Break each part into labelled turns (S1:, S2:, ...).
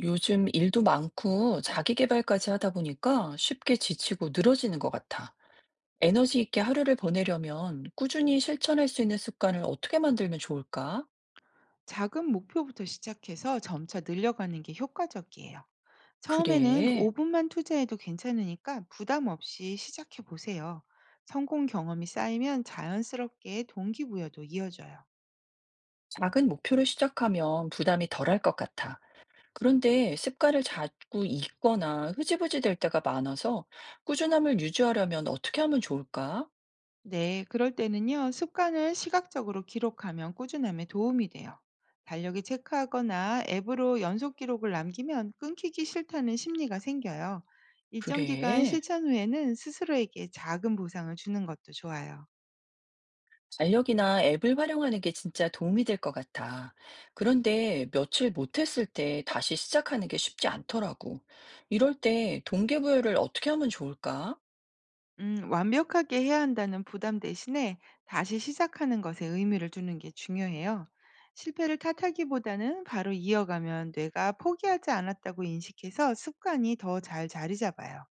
S1: 요즘 일도 많고 자기 개발까지 하다 보니까 쉽게 지치고 늘어지는 것 같아. 에너지 있게 하루를 보내려면 꾸준히 실천할 수 있는 습관을 어떻게 만들면 좋을까?
S2: 작은 목표부터 시작해서 점차 늘려가는 게 효과적이에요. 처음에는
S1: 그래.
S2: 5분만 투자해도 괜찮으니까 부담 없이 시작해 보세요. 성공 경험이 쌓이면 자연스럽게 동기부여도 이어져요.
S1: 작은 목표를 시작하면 부담이 덜할 것 같아. 그런데 습관을 자꾸 잊거나 흐지부지 될 때가 많아서 꾸준함을 유지하려면 어떻게 하면 좋을까?
S2: 네, 그럴 때는요, 습관을 시각적으로 기록하면 꾸준함에 도움이 돼요. 달력에 체크하거나 앱으로 연속 기록을 남기면 끊기기 싫다는 심리가 생겨요. 일정 기간
S1: 그래.
S2: 실천 후에는 스스로에게 작은 보상을 주는 것도 좋아요.
S1: 달력이나 앱을 활용하는 게 진짜 도움이 될 것 같아. 그런데 며칠 못했을 때 다시 시작하는 게 쉽지 않더라고. 이럴 때 동기부여를 어떻게 하면 좋을까?
S2: 완벽하게 해야 한다는 부담 대신에 다시 시작하는 것에 의미를 두는 게 중요해요. 실패를 탓하기보다는 바로 이어가면 뇌가 포기하지 않았다고 인식해서 습관이 더 잘 자리 잡아요.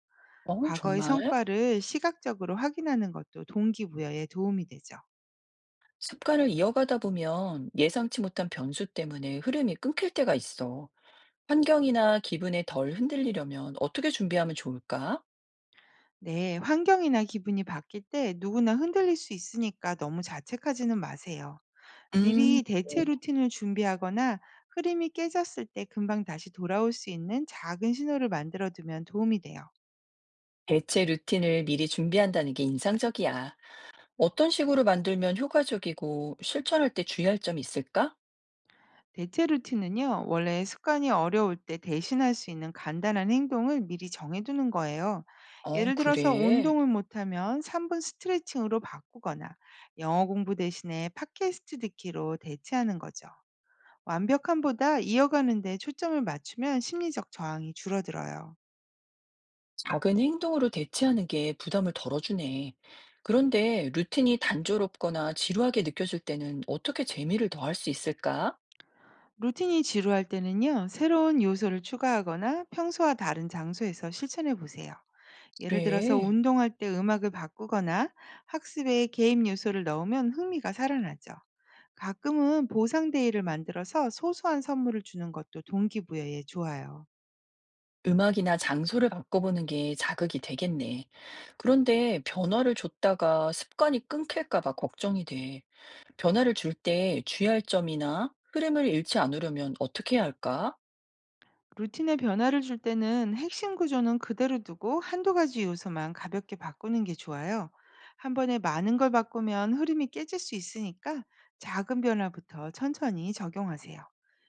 S1: 어,
S2: 과거의
S1: 정말?
S2: 성과를 시각적으로 확인하는 것도 동기부여에 도움이 되죠.
S1: 습관을 이어가다 보면 예상치 못한 변수 때문에 흐름이 끊길 때가 있어. 환경이나 기분에 덜 흔들리려면 어떻게 준비하면 좋을까?
S2: 네, 환경이나 기분이 바뀔 때 누구나 흔들릴 수 있으니까 너무 자책하지는 마세요.
S1: 음,
S2: 미리 대체 루틴을 준비하거나 흐름이 깨졌을 때 금방 다시 돌아올 수 있는 작은 신호를 만들어 두면 도움이 돼요.
S1: 대체 루틴을 미리 준비한다는 게 인상적이야. 어떤 식으로 만들면 효과적이고 실천할 때 주의할 점이 있을까?
S2: 대체 루틴은요, 원래 습관이 어려울 때 대신할 수 있는 간단한 행동을 미리 정해두는 거예요.
S1: 어,
S2: 예를 들어서
S1: 그래.
S2: 운동을 못하면 3분 스트레칭으로 바꾸거나 영어 공부 대신에 팟캐스트 듣기로 대체하는 거죠. 완벽함보다 이어가는 데 초점을 맞추면 심리적 저항이 줄어들어요.
S1: 작은 행동으로 대체하는 게 부담을 덜어주네. 그런데 루틴이 단조롭거나 지루하게 느껴질 때는 어떻게 재미를 더할 수 있을까?
S2: 루틴이 지루할 때는요, 새로운 요소를 추가하거나 평소와 다른 장소에서 실천해 보세요. 예를 들어서
S1: 그래.
S2: 운동할 때 음악을 바꾸거나 학습에 게임 요소를 넣으면 흥미가 살아나죠. 가끔은 보상데이를 만들어서 소소한 선물을 주는 것도 동기부여에 좋아요.
S1: 음악이나 장소를 바꿔보는 게 자극이 되겠네. 그런데 변화를 줬다가 습관이 끊길까 봐 걱정이 돼. 변화를 줄 때 주의할 점이나 흐름을 잃지 않으려면 어떻게 해야 할까?
S2: 루틴에 변화를 줄 때는 핵심 구조는 그대로 두고 한두 가지 요소만 가볍게 바꾸는 게 좋아요. 한 번에 많은 걸 바꾸면 흐름이 깨질 수 있으니까 작은 변화부터 천천히 적용하세요.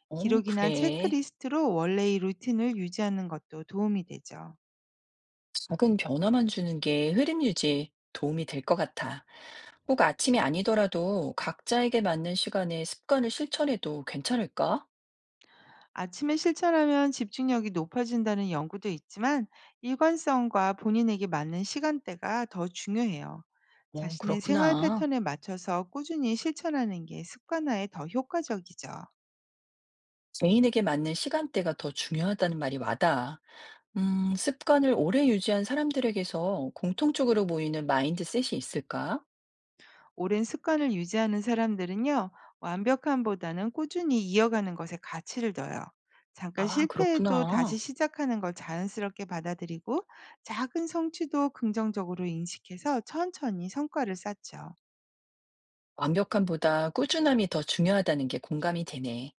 S1: 어,
S2: 기록이나
S1: 그래.
S2: 체크리스트로 원래의 루틴을 유지하는 것도 도움이 되죠.
S1: 작은 변화만 주는 게 흐름 유지에 도움이 될 것 같아. 꼭 아침이 아니더라도 각자에게 맞는 시간에 습관을 실천해도 괜찮을까?
S2: 아침에 실천하면 집중력이 높아진다는 연구도 있지만 일관성과 본인에게 맞는 시간대가 더 중요해요.
S1: 어,
S2: 자신의 생활
S1: 그렇구나.
S2: 패턴에 맞춰서 꾸준히 실천하는 게 습관화에 더 효과적이죠.
S1: 개인에게 맞는 시간대가 더 중요하다는 말이 와닿아. 습관을 오래 유지한 사람들에게서 공통적으로 보이는 마인드셋이 있을까?
S2: 오랜 습관을 유지하는 사람들은요, 완벽함보다는 꾸준히 이어가는 것에 가치를 둬요. 잠깐
S1: 아,
S2: 실패해도 다시
S1: 그렇구나.
S2: 시작하는 걸 자연스럽게 받아들이고 작은 성취도 긍정적으로 인식해서 천천히 성과를 쌓죠.
S1: 완벽함보다 꾸준함이 더 중요하다는 게 공감이 되네.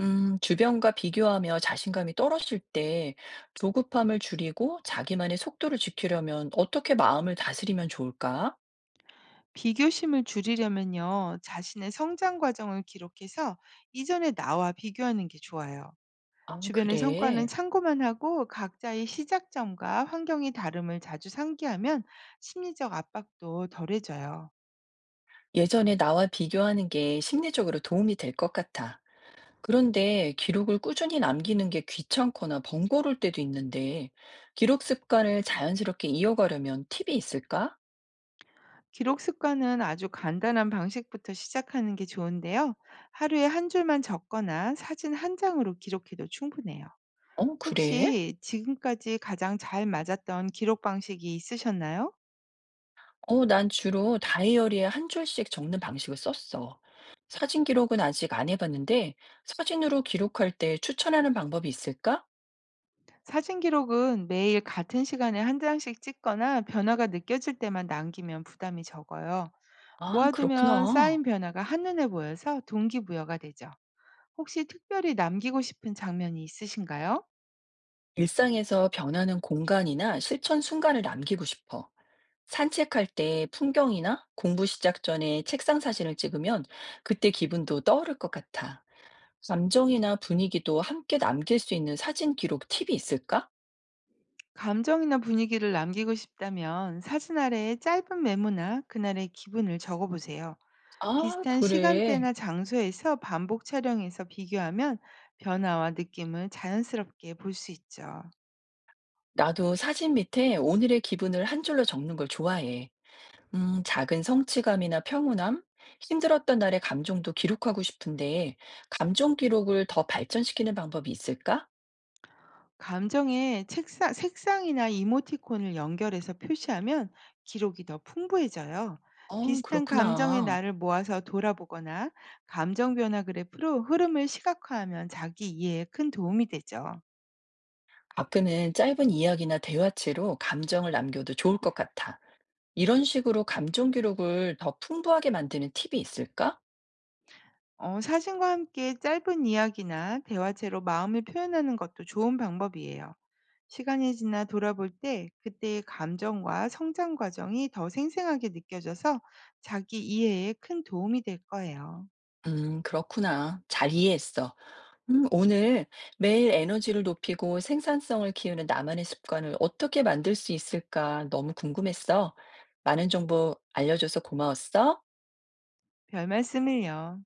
S1: 주변과 비교하며 자신감이 떨어질 때 조급함을 줄이고 자기만의 속도를 지키려면 어떻게 마음을 다스리면 좋을까?
S2: 비교심을 줄이려면요, 자신의 성장 과정을 기록해서 이전의 나와 비교하는 게 좋아요.
S1: 아,
S2: 주변의 성과는
S1: 그래.
S2: 참고만 하고 각자의 시작점과 환경이 다름을 자주 상기하면 심리적 압박도 덜해져요.
S1: 예전에 나와 비교하는 게 심리적으로 도움이 될 것 같아. 그런데 기록을 꾸준히 남기는 게 귀찮거나 번거로울 때도 있는데 기록 습관을 자연스럽게 이어가려면 팁이 있을까?
S2: 기록 습관은 아주 간단한 방식부터 시작하는 게 좋은데요. 하루에 한 줄만 적거나 사진 한 장으로 기록해도 충분해요.
S1: 어, 그래?
S2: 혹시 지금까지 가장 잘 맞았던 기록 방식이 있으셨나요?
S1: 어 난 주로 다이어리에 한 줄씩 적는 방식을 썼어. 사진 기록은 아직 안 해 봤는데 사진으로 기록할 때 추천하는 방법이 있을까?
S2: 사진 기록은 매일 같은 시간에 한 장씩 찍거나 변화가 느껴질 때만 남기면 부담이 적어요.
S1: 아,
S2: 모아두면
S1: 그렇구나.
S2: 쌓인 변화가 한눈에 보여서 동기부여가 되죠. 혹시 특별히 남기고 싶은 장면이 있으신가요?
S1: 일상에서 변하는 공간이나 실천 순간을 남기고 싶어. 산책할 때 풍경이나 공부 시작 전에 책상 사진을 찍으면 그때 기분도 떠오를 것 같아. 감정이나 분위기도 함께 남길 수 있는 사진 기록 팁이 있을까?
S2: 감정이나 분위기를 남기고 싶다면 사진 아래에 짧은 메모나 그날의 기분을 적어보세요.
S1: 아,
S2: 비슷한
S1: 그래.
S2: 시간대나 장소에서 반복 촬영해서 비교하면 변화와 느낌을 자연스럽게 볼 수 있죠.
S1: 나도 사진 밑에 오늘의 기분을 한 줄로 적는 걸 좋아해. 작은 성취감이나 평온함, 힘들었던 날의 감정도 기록하고 싶은데, 감정 기록을 더 발전시키는 방법이 있을까?
S2: 감정에 책상, 색상이나 이모티콘을 연결해서 표시하면 기록이 더 풍부해져요.
S1: 어,
S2: 비슷한 감정의
S1: 그렇구나.
S2: 나를 모아서 돌아보거나 감정 변화 그래프로 흐름을 시각화하면 자기 이해에 큰 도움이 되죠.
S1: 가끔은 짧은 이야기나 대화체로 감정을 남겨도 좋을 것 같아. 이런 식으로 감정 기록을 더 풍부하게 만드는 팁이 있을까?
S2: 어, 사진과 함께 짧은 이야기나 대화체로 마음을 표현하는 것도 좋은 방법이에요. 시간이 지나 돌아볼 때 그때의 감정과 성장 과정이 더 생생하게 느껴져서 자기 이해에 큰 도움이 될 거예요.
S1: 그렇구나. 잘 이해했어. 오늘 매일 에너지를 높이고 생산성을 키우는 나만의 습관을 어떻게 만들 수 있을까 너무 궁금했어. 많은 정보 알려줘서 고마웠어.
S2: 별 말씀을요.